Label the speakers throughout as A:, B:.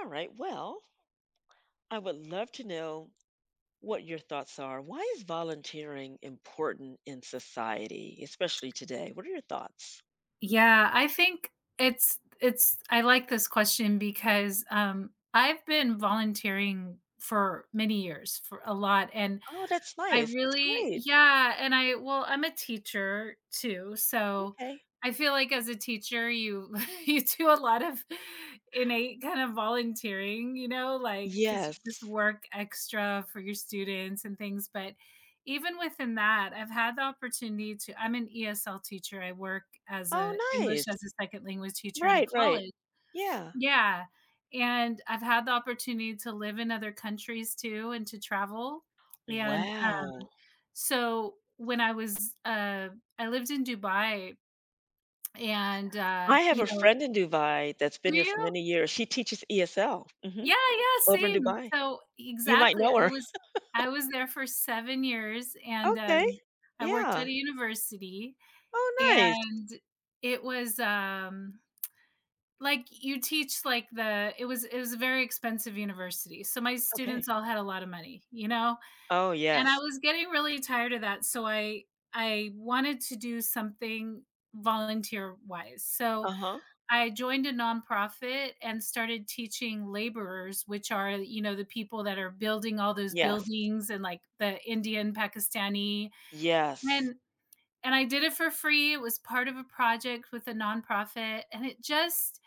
A: All right. Well, I would love to know what your thoughts are. Why is volunteering important in society, especially today? What are your thoughts?
B: Yeah, I think it's I like this question because, I've been volunteering for many years, for a lot, and
A: Oh, that's
B: I
A: nice. That's
B: really
A: great.
B: yeah, and I well, I'm a teacher too, so
A: Okay.
B: I feel like as a teacher, you you do a lot of innate kind of volunteering, because
A: Yes.
B: you just work extra for your students and things. But even within that, I've had the opportunity to I'm an ESL teacher. I work as
A: Oh,
B: a
A: nice.
B: English as a second language teacher in a
A: Right, right.
B: college,
A: Yeah.
B: yeah, and I've had the opportunity to live in other countries too and to travel. and,
A: Wow.
B: um, so when I was, I lived in Dubai and,
A: I have
B: you
A: a
B: know
A: friend in Dubai that's
B: Do
A: been there for
B: you?
A: many years. She teaches ESL, mhm,
B: Yeah, yeah,
A: over in
B: same.
A: Dubai.
B: So
A: You might
B: exactly,
A: know her.
B: I was there for seven years and,
A: Okay.
B: I worked at a
A: Yeah.
B: university,
A: Oh, nice.
B: and it was, Like, you teach, like, the it was a very expensive university, so my
A: Okay.
B: students all had a lot of money, you know?
A: Oh,
B: And I
A: yes.
B: was getting really tired of that, so I wanted to do something volunteer-wise, so
A: Uh huh.
B: I joined a nonprofit and started teaching laborers, which are, you know, the people that are building all those
A: Yes.
B: buildings and, like, the Indian, Pakistani
A: Yes.
B: and and I did it for free. It was part of a project with a nonprofit, and it just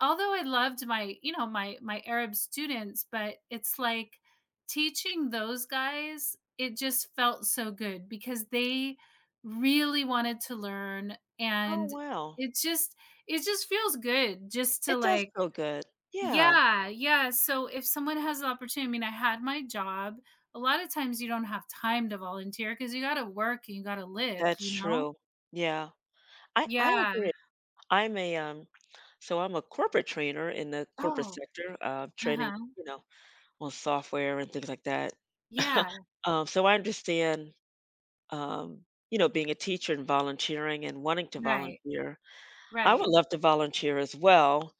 B: although I loved my, you know, my Arab students, but it's like teaching those guys, it just felt so good because they really wanted to learn.
A: Oh,
B: And
A: wow.
B: it just it just feels good just to
A: It does
B: like
A: feel good. Yeah,
B: yeah, yeah. So if someone has the opportunity, I mean, I had my job. A lot of times you don't have time to volunteer because you got to work and you got to live,
A: that's
B: you know?
A: true. Yeah, I
B: Yeah.
A: agree. I'm I'm a corporate trainer in the corporate
B: Oh,
A: sector,
B: uh
A: training,
B: huh.
A: you know, on software and things like that.
B: Yeah.
A: So I understand, you know, being a teacher and volunteering and wanting to
B: Right.
A: volunteer. I would
B: Right.
A: love to volunteer as well,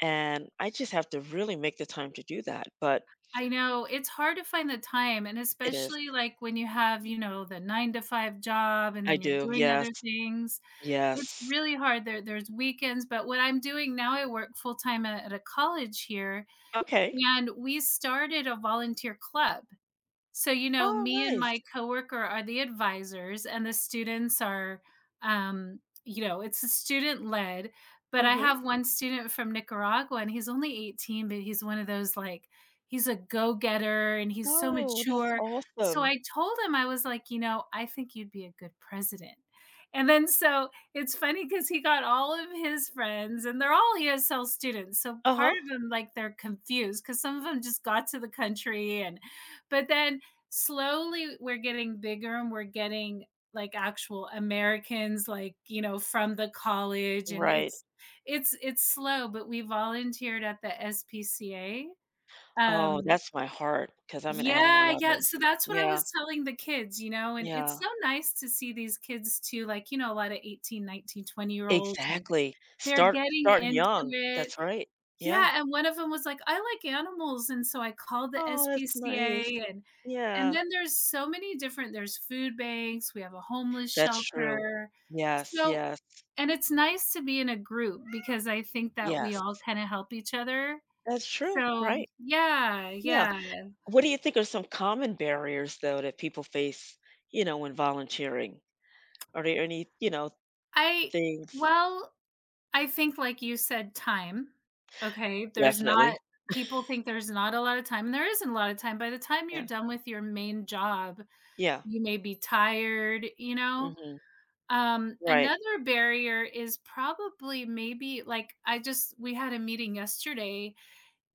A: and I just have to really make the time to do that, but
B: I know, it's hard to find the time, and
A: it is.
B: especially, like, when you have, you know, the 9 to 5 job and
A: I
B: then you're
A: do.
B: doing
A: Yes.
B: other things. It's
A: Yes.
B: really hard. There's weekends. But what I'm doing now, I work full-time at a college here,
A: Okay.
B: and we started a volunteer club. So, you know,
A: Oh,
B: me and
A: nice.
B: my coworker are the advisors, and the students are, it's a student led. But I
A: Mhm.
B: have one student from Nicaragua, and he's only 18, but he's one of those he's a go getter and he's so
A: Oh, that's
B: mature. So
A: awesome.
B: I told him, I was like, you know, I think you'd be a good president. And then so It's funny because he got all of his friends, and they're all ESL students. So part
A: Uh-huh.
B: of them, like, they're confused because some of them just got to the country. And but then slowly we're getting bigger and we're getting like actual Americans, like, you know, from the college. And
A: Right.
B: it's slow, but we volunteered at the SPCA.
A: Oh,
B: Um
A: that's my heart because 'cause I'm an animal
B: yeah, yeah,
A: lover.
B: so that's what I
A: Yeah,
B: was telling the kids, you know, and it's
A: yeah,
B: so nice to see these kids too, like, you know, a lot of 18, 19, 20 year olds and
A: exactly.
B: they're getting
A: Start
B: into
A: young.
B: it,
A: That's right. Yeah.
B: yeah. And one of them was like, "I like animals," and so I called the
A: Oh, that's nice.
B: SPCA. And
A: Yeah,
B: then there's so many different there's food banks, we have a homeless
A: that's true.
B: shelter.
A: Yes,
B: so
A: yes,
B: and it's nice to be in a group because I think that we
A: yes.
B: all kinda help each other,
A: That's true,
B: so
A: right.
B: yeah,
A: Yeah.
B: yeah.
A: What do you think are some common barriers, though, that people face, you know, when volunteering? Are there any, you know,
B: I
A: things?
B: Well, I think like you said, time, okay? There's not
A: Definitely.
B: People think there's not a lot of time, and there isn't a lot of time. By the time you're
A: Yeah.
B: done with your main job,
A: Yeah.
B: you may be tired, you know?
A: Mhm. Right.
B: Another barrier is probably maybe like I just we had a meeting yesterday,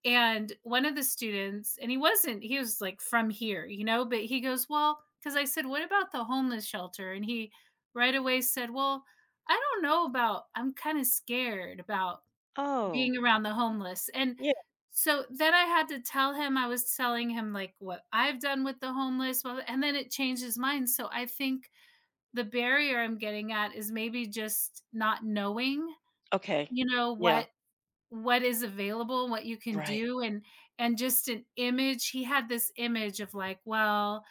B: and one of the students and he wasn't he was like from here, you know, but he goes, "Well," because I said, "What about the homeless shelter?" And he right away said, "Well, I don't know about I'm kind of scared about
A: Oh.
B: being around the homeless." And
A: Yeah.
B: so then I had to tell him, I was telling him, like, what I've done with the homeless, well, and then it changed his mind. So I think the barrier I'm getting at is maybe just not knowing,
A: Okay.
B: you know,
A: Yeah.
B: what is available, what you can
A: Right.
B: do. And just an image He had this image of like, "Well,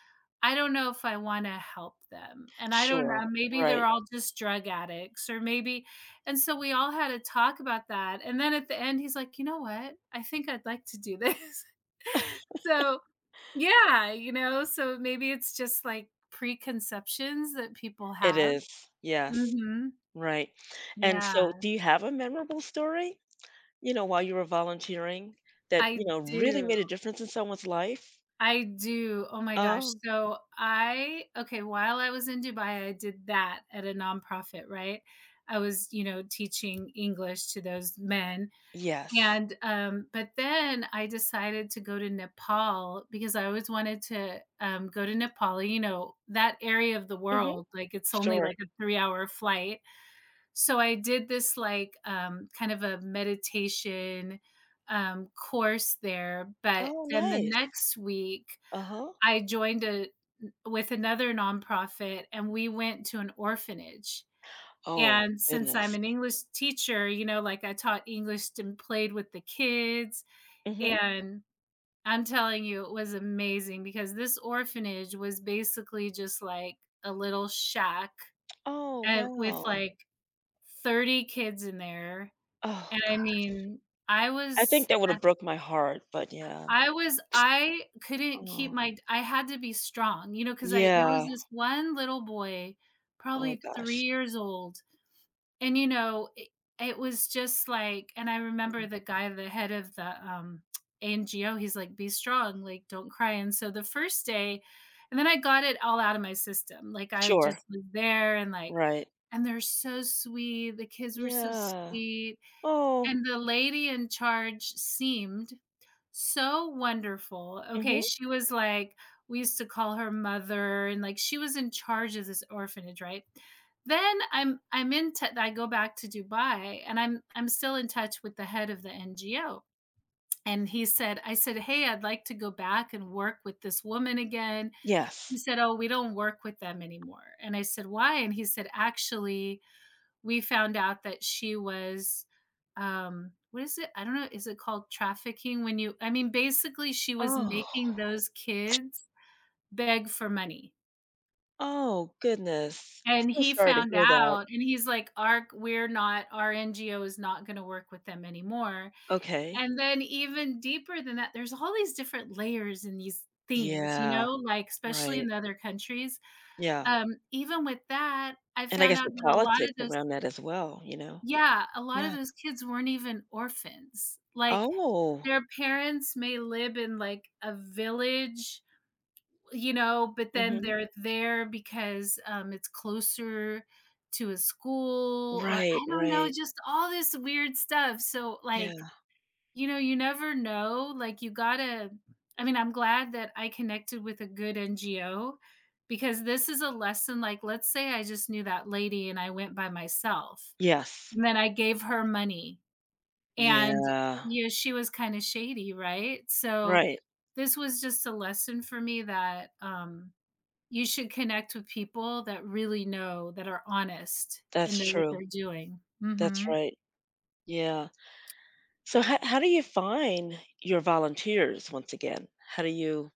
B: I don't know if I wanna help them, and I don't
A: Sure.
B: know, maybe they're
A: Right.
B: all just drug addicts or maybe." And so we all had a talk about that, and then at the end, he's like, "You know what? I think I'd like to do this." So yeah, you know, so maybe it's just like preconceptions that people
A: It
B: have.
A: is. Yes.
B: Mhm.
A: Right. And
B: Yeah,
A: so do you have a memorable story, you know, while you were volunteering that, you
B: I
A: know, really
B: do.
A: made a difference in someone's life?
B: I do. Oh my gosh.
A: Oh,
B: So I Okay, while I was in Dubai, I did that at a nonprofit, right? I was, you know, teaching English to those men.
A: yes.
B: And but then I decided to go to Nepal because I always wanted to go to Nepal, you know, that area of the
A: Mhm.
B: world. Like it's only
A: Sure.
B: like a 3 hour flight. So I did this like kind of a meditation course there. But
A: Oh,
B: then the
A: nice.
B: next week,
A: Uh-huh.
B: I joined a with another nonprofit, and we went to an orphanage.
A: Oh,
B: And since I'm
A: goodness.
B: an English teacher, you know, like, I taught English and played with the kids.
A: Mhm.
B: And I'm telling you, it was amazing because this orphanage was basically just, like, a little shack,
A: Oh,
B: and with,
A: wow.
B: like, 30 kids in there.
A: Oh,
B: And I
A: god.
B: mean, I
A: I
B: was,
A: think that would've broke my heart, but yeah.
B: I couldn't keep
A: Oh.
B: my I had to be strong, you know, because I there was
A: Yeah.
B: this one little boy,
A: Oh
B: probably 3
A: gosh.
B: years old, and, you know, it was just like and I remember
A: Mm.
B: the guy, the head of the, NGO, he's like, "Be strong, like, don't cry," and so the first day and then I got it all out of my system, like, I
A: Sure.
B: just was there and, like
A: Right.
B: and they're so sweet, the kids were so
A: Yeah.
B: sweet.
A: Oh.
B: And the lady in charge seemed so wonderful. Okay,
A: Mhm.
B: she was like we used to call her mother, and like she was in charge of this orphanage, right? Then I'm in t I go back to Dubai and I'm still in touch with the head of the NGO. And he said I said, "Hey, I'd like to go back and work with this woman again." He
A: Yes.
B: said, "Oh, we don't work with them anymore." And I said, "Why?" And he said, "Actually, we found out that she was what is it? I don't know. Is it called trafficking when you basically she was
A: Oh.
B: making those kids beg for money."
A: Oh, goodness.
B: And
A: So
B: he
A: sorry to
B: found
A: hear that.
B: out, and he's like, "Our "We're not our NGO is not going to work with them anymore."
A: Okay.
B: And then even deeper than that, there's all these different layers in these things, you
A: Yeah,
B: know, like especially
A: right.
B: in other countries.
A: Yeah,
B: Even with that, I
A: and I
B: found
A: guess
B: out
A: the
B: that a lot
A: politics
B: of those
A: around that as well, you know?
B: yeah, a lot of
A: Yeah.
B: those kids weren't even orphans. Like,
A: Oh.
B: their parents may live in, like, a village, you know, but then
A: Mhm.
B: they're there because, it's closer to a school, or
A: Right,
B: I don't know,
A: right.
B: just all this weird stuff. So, like,
A: Yeah.
B: you know, you never know, like, you gotta I mean, I'm glad that I connected with a good NGO, because this is a lesson. Like, let's say I just knew that lady and I went by myself,
A: Yes.
B: and then I gave her money. And,
A: Yeah.
B: yeah, she was kinda shady, right? So
A: Right.
B: this was just a lesson for me that, you should connect with people that really know, that are honest and
A: That's
B: know what
A: true.
B: they're doing.
A: That's
B: Mhm.
A: right. Yeah. So how do you find your volunteers once again? How do you?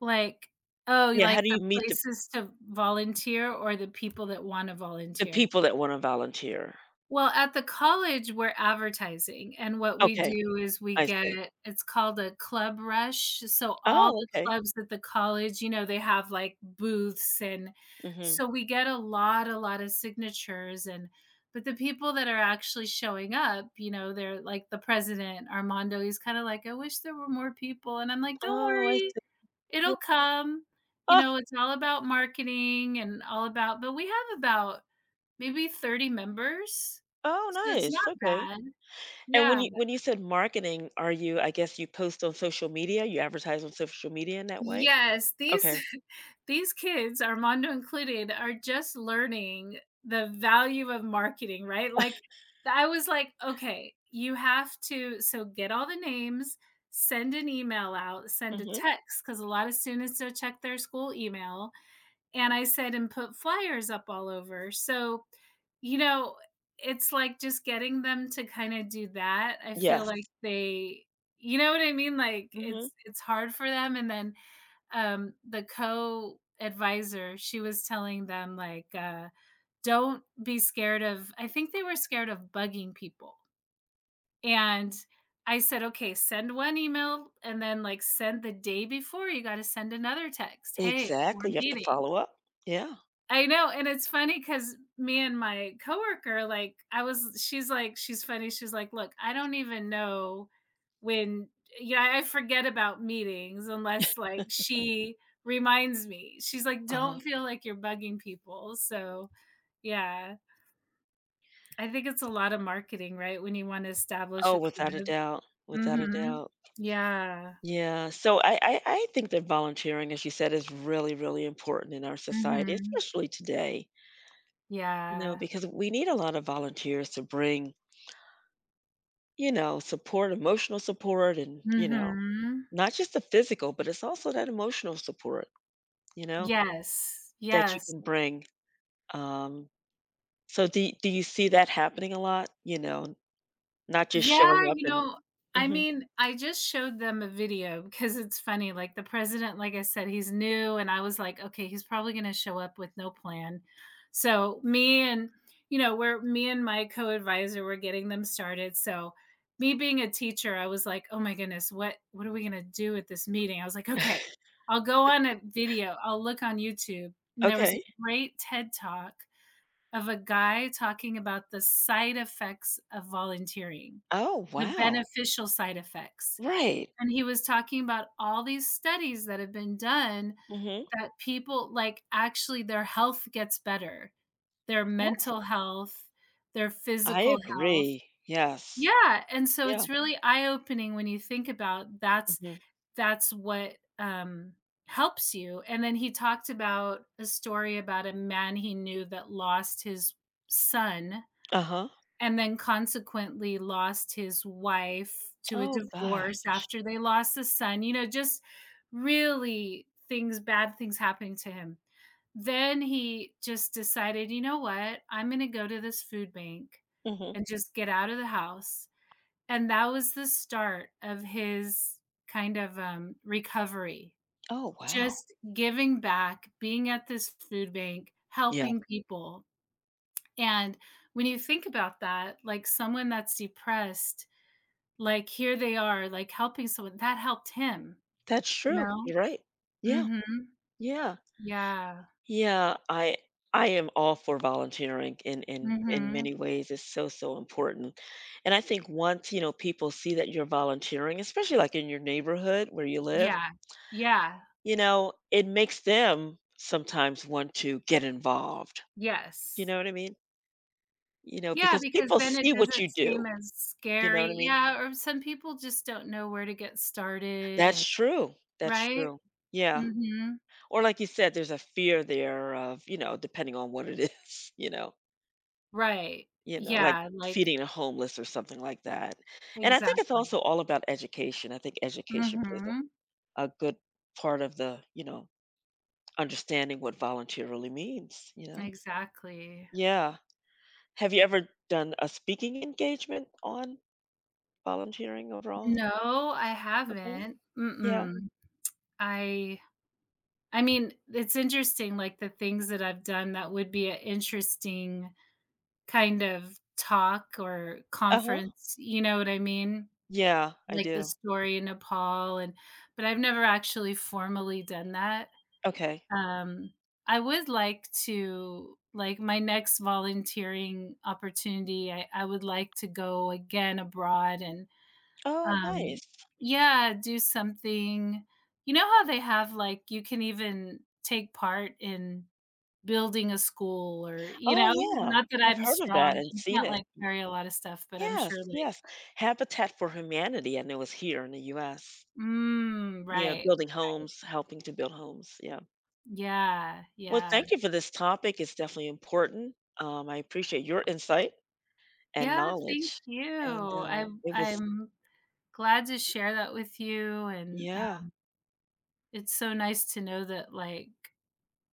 B: Like, oh,
A: Yeah, how
B: like
A: do
B: the
A: you meet the
B: places to volunteer or the people that wanna volunteer.
A: people that wanna volunteer?
B: Well, at the college, we're advertising, and what we
A: Okay,
B: do is we
A: I see.
B: get it's called a club rush, so all
A: Oh,
B: the
A: okay.
B: clubs at the college, you know, they have, like, booths. And
A: Mhm.
B: so we get a lot of signatures. And But the people that are actually showing up, you know, they're like the president, Armando, he's kinda like, "I wish there were more people," and I'm like, "Don't
A: Oh, I
B: worry,
A: see. Yeah.
B: it'll come." You
A: Oh
B: know, it's all about marketing and all about but we have about maybe 30 members?
A: oh,
B: So it's not
A: nice, okay.
B: bad.
A: And
B: Yeah.
A: when you said marketing, are you, I guess you post on social media? You advertise on social media in that way?
B: Yes, these
A: Okay.
B: these kids, Armando included, are just learning the value of marketing, right? Like, I was like, "Okay, you have to get all the names, send an email out, send a
A: Mhm.
B: text because a lot of students don't check their school email." And I said, "And put flyers up all over." You know, it's like just getting them to kinda do that. I feel
A: Yes.
B: like they you know what I mean? Like,
A: Mhm.
B: it's hard for them, and then, the co-advisor, she was telling them, like, "Don't be scared of." I think they were scared of bugging people, and I said, "Okay, send one email, and then, like, send the day before, you gotta send another text. Hey, 'Hey, we're
A: Exactly, you have to
B: meeting.'"
A: follow up. Yeah.
B: I know, and it's funny because me and my coworker, like, I was, she's like, she's funny. She's like, look, I don't even know when, yeah, I forget about meetings unless like she reminds me. She's like, don't
A: Uh-huh.
B: feel like you're bugging people. So yeah, I think it's a lot of marketing, right? When you want to establish
A: Oh,
B: a
A: without a
B: club.
A: doubt, without a
B: Mm-hmm.
A: doubt.
B: Yeah.
A: Yeah, so I think that volunteering, as you said, is really, really important in our society,
B: Mm-hmm.
A: especially today, you know,
B: Yeah.
A: because we need a lot of volunteers to bring. You know, support, emotional support, and, you know,
B: Mm-hmm.
A: not just the physical, but it's also that emotional support, you know,
B: Yes.
A: that you
B: Yes.
A: can bring. Um, so do do you see that happening a lot? You know, not just
B: Yeah,
A: showing up and.
B: I
A: Mhm.
B: mean, I just showed them a video because it's funny, like, the president, like I said, he's new, and I was like, "Okay, he's probably gonna show up with no plan." So, me and you know, we're me and my co-advisor were getting them started. So me being a teacher, I was like, "Oh my goodness, what are we gonna do at this meeting?" I was like, "Okay, I'll go on a video, I'll look on YouTube." And there was a
A: Okay.
B: great TED Talk of a guy talking about the side effects of volunteering.
A: Oh,
B: The
A: wow.
B: beneficial side effects,
A: Right.
B: and he was talking about all these studies that have been done
A: Mhm.
B: that people like, actually, their health gets better, their
A: Oh,
B: mental health, their
A: I
B: physical health.
A: agree. Yes.
B: Yeah, and so
A: Yeah.
B: it's really eye-opening when you think about
A: Mhm.
B: that's what, helps you, and then he talked about a story about a man he knew that lost his son
A: Uh-huh.
B: and then consequently lost his wife to a
A: Oh, gosh.
B: divorce after they lost a son, you know, just really things, bad things happening to him. Then he just decided, you know what? I'm going to go to this food bank
A: Mhm.
B: and just get out of the house. And that was the start of his kind of recovery,
A: Oh, wow.
B: just giving back, being at this food bank,
A: Yeah.
B: helping people. And when you think about that, like someone that's depressed, like here they are, like helping someone that helped him,
A: That's
B: you
A: true.
B: know?
A: You're right. Yeah.
B: Mhm.
A: Yeah.
B: Yeah.
A: Yeah, I am all for volunteering in in
B: Mhm.
A: many ways. It's so important. And I think once, you know, people see that you're volunteering, especially like in your neighborhood where you live,
B: Yeah. Yeah.
A: you know, it makes them sometimes want to get involved. You
B: Yes.
A: know what I mean? You know,
B: Yeah,
A: because
B: because
A: people
B: then it
A: see what you
B: doesn't seem
A: do.
B: as
A: You know
B: scary.
A: what I mean?
B: Yeah, or some people just don't know where to get started and
A: That's true. That's
B: right?
A: true. Yeah.
B: Mhm.
A: Or like you said, there's a fear there of, you know, depending on what it is, you know.
B: Right.
A: You know, like
B: Yeah, like
A: feeding the homeless or something like that. And I think it's
B: exactly.
A: also all about education. I think education plays
B: Mhm.
A: a good part of the, you know, understanding what volunteer really means, you know?
B: Exactly.
A: Yeah. Have you ever done a speaking engagement on volunteering overall?
B: No, I
A: Okay.
B: haven't.
A: Yeah.
B: Mm-mm. I I mean, it's interesting, like, the things that I've done that would be an interesting kind of talk or
A: Uh-huh.
B: conference, you know what I mean?
A: Yeah, I
B: Like the
A: do.
B: story in Nepal and but I've never actually formally done that.
A: Okay.
B: Um, I would like to like, my next volunteering opportunity, I would like to go again abroad and
A: Oh,
B: um,
A: nice.
B: yeah, do something. You know how they have, like, you can even take part in building a school or you
A: Oh,
B: know?
A: yeah.
B: Not that
A: I've
B: I'm
A: heard of that
B: strong
A: and
B: and
A: seen
B: can't,
A: it.
B: like, carry a lot of stuff, but I'm sure,
A: Yes,
B: like
A: yes. Habitat for Humanity, and it was here in the US.
B: Mm,
A: Yeah,
B: right.
A: building homes, helping to build homes. Yeah.
B: Yeah,
A: Well,
B: yeah.
A: thank you for this topic. It's definitely important. I appreciate your insight and
B: Yeah, thank
A: knowledge.
B: you.
A: And
B: I'm
A: it was,
B: I'm glad to share that with you, and,
A: yeah,
B: it's so nice to know that, like,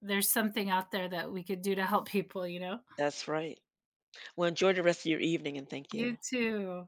B: there's something out there that we could do to help people, you know?
A: that's right. Well, enjoy the rest of your evening and thank
B: You
A: you.
B: too.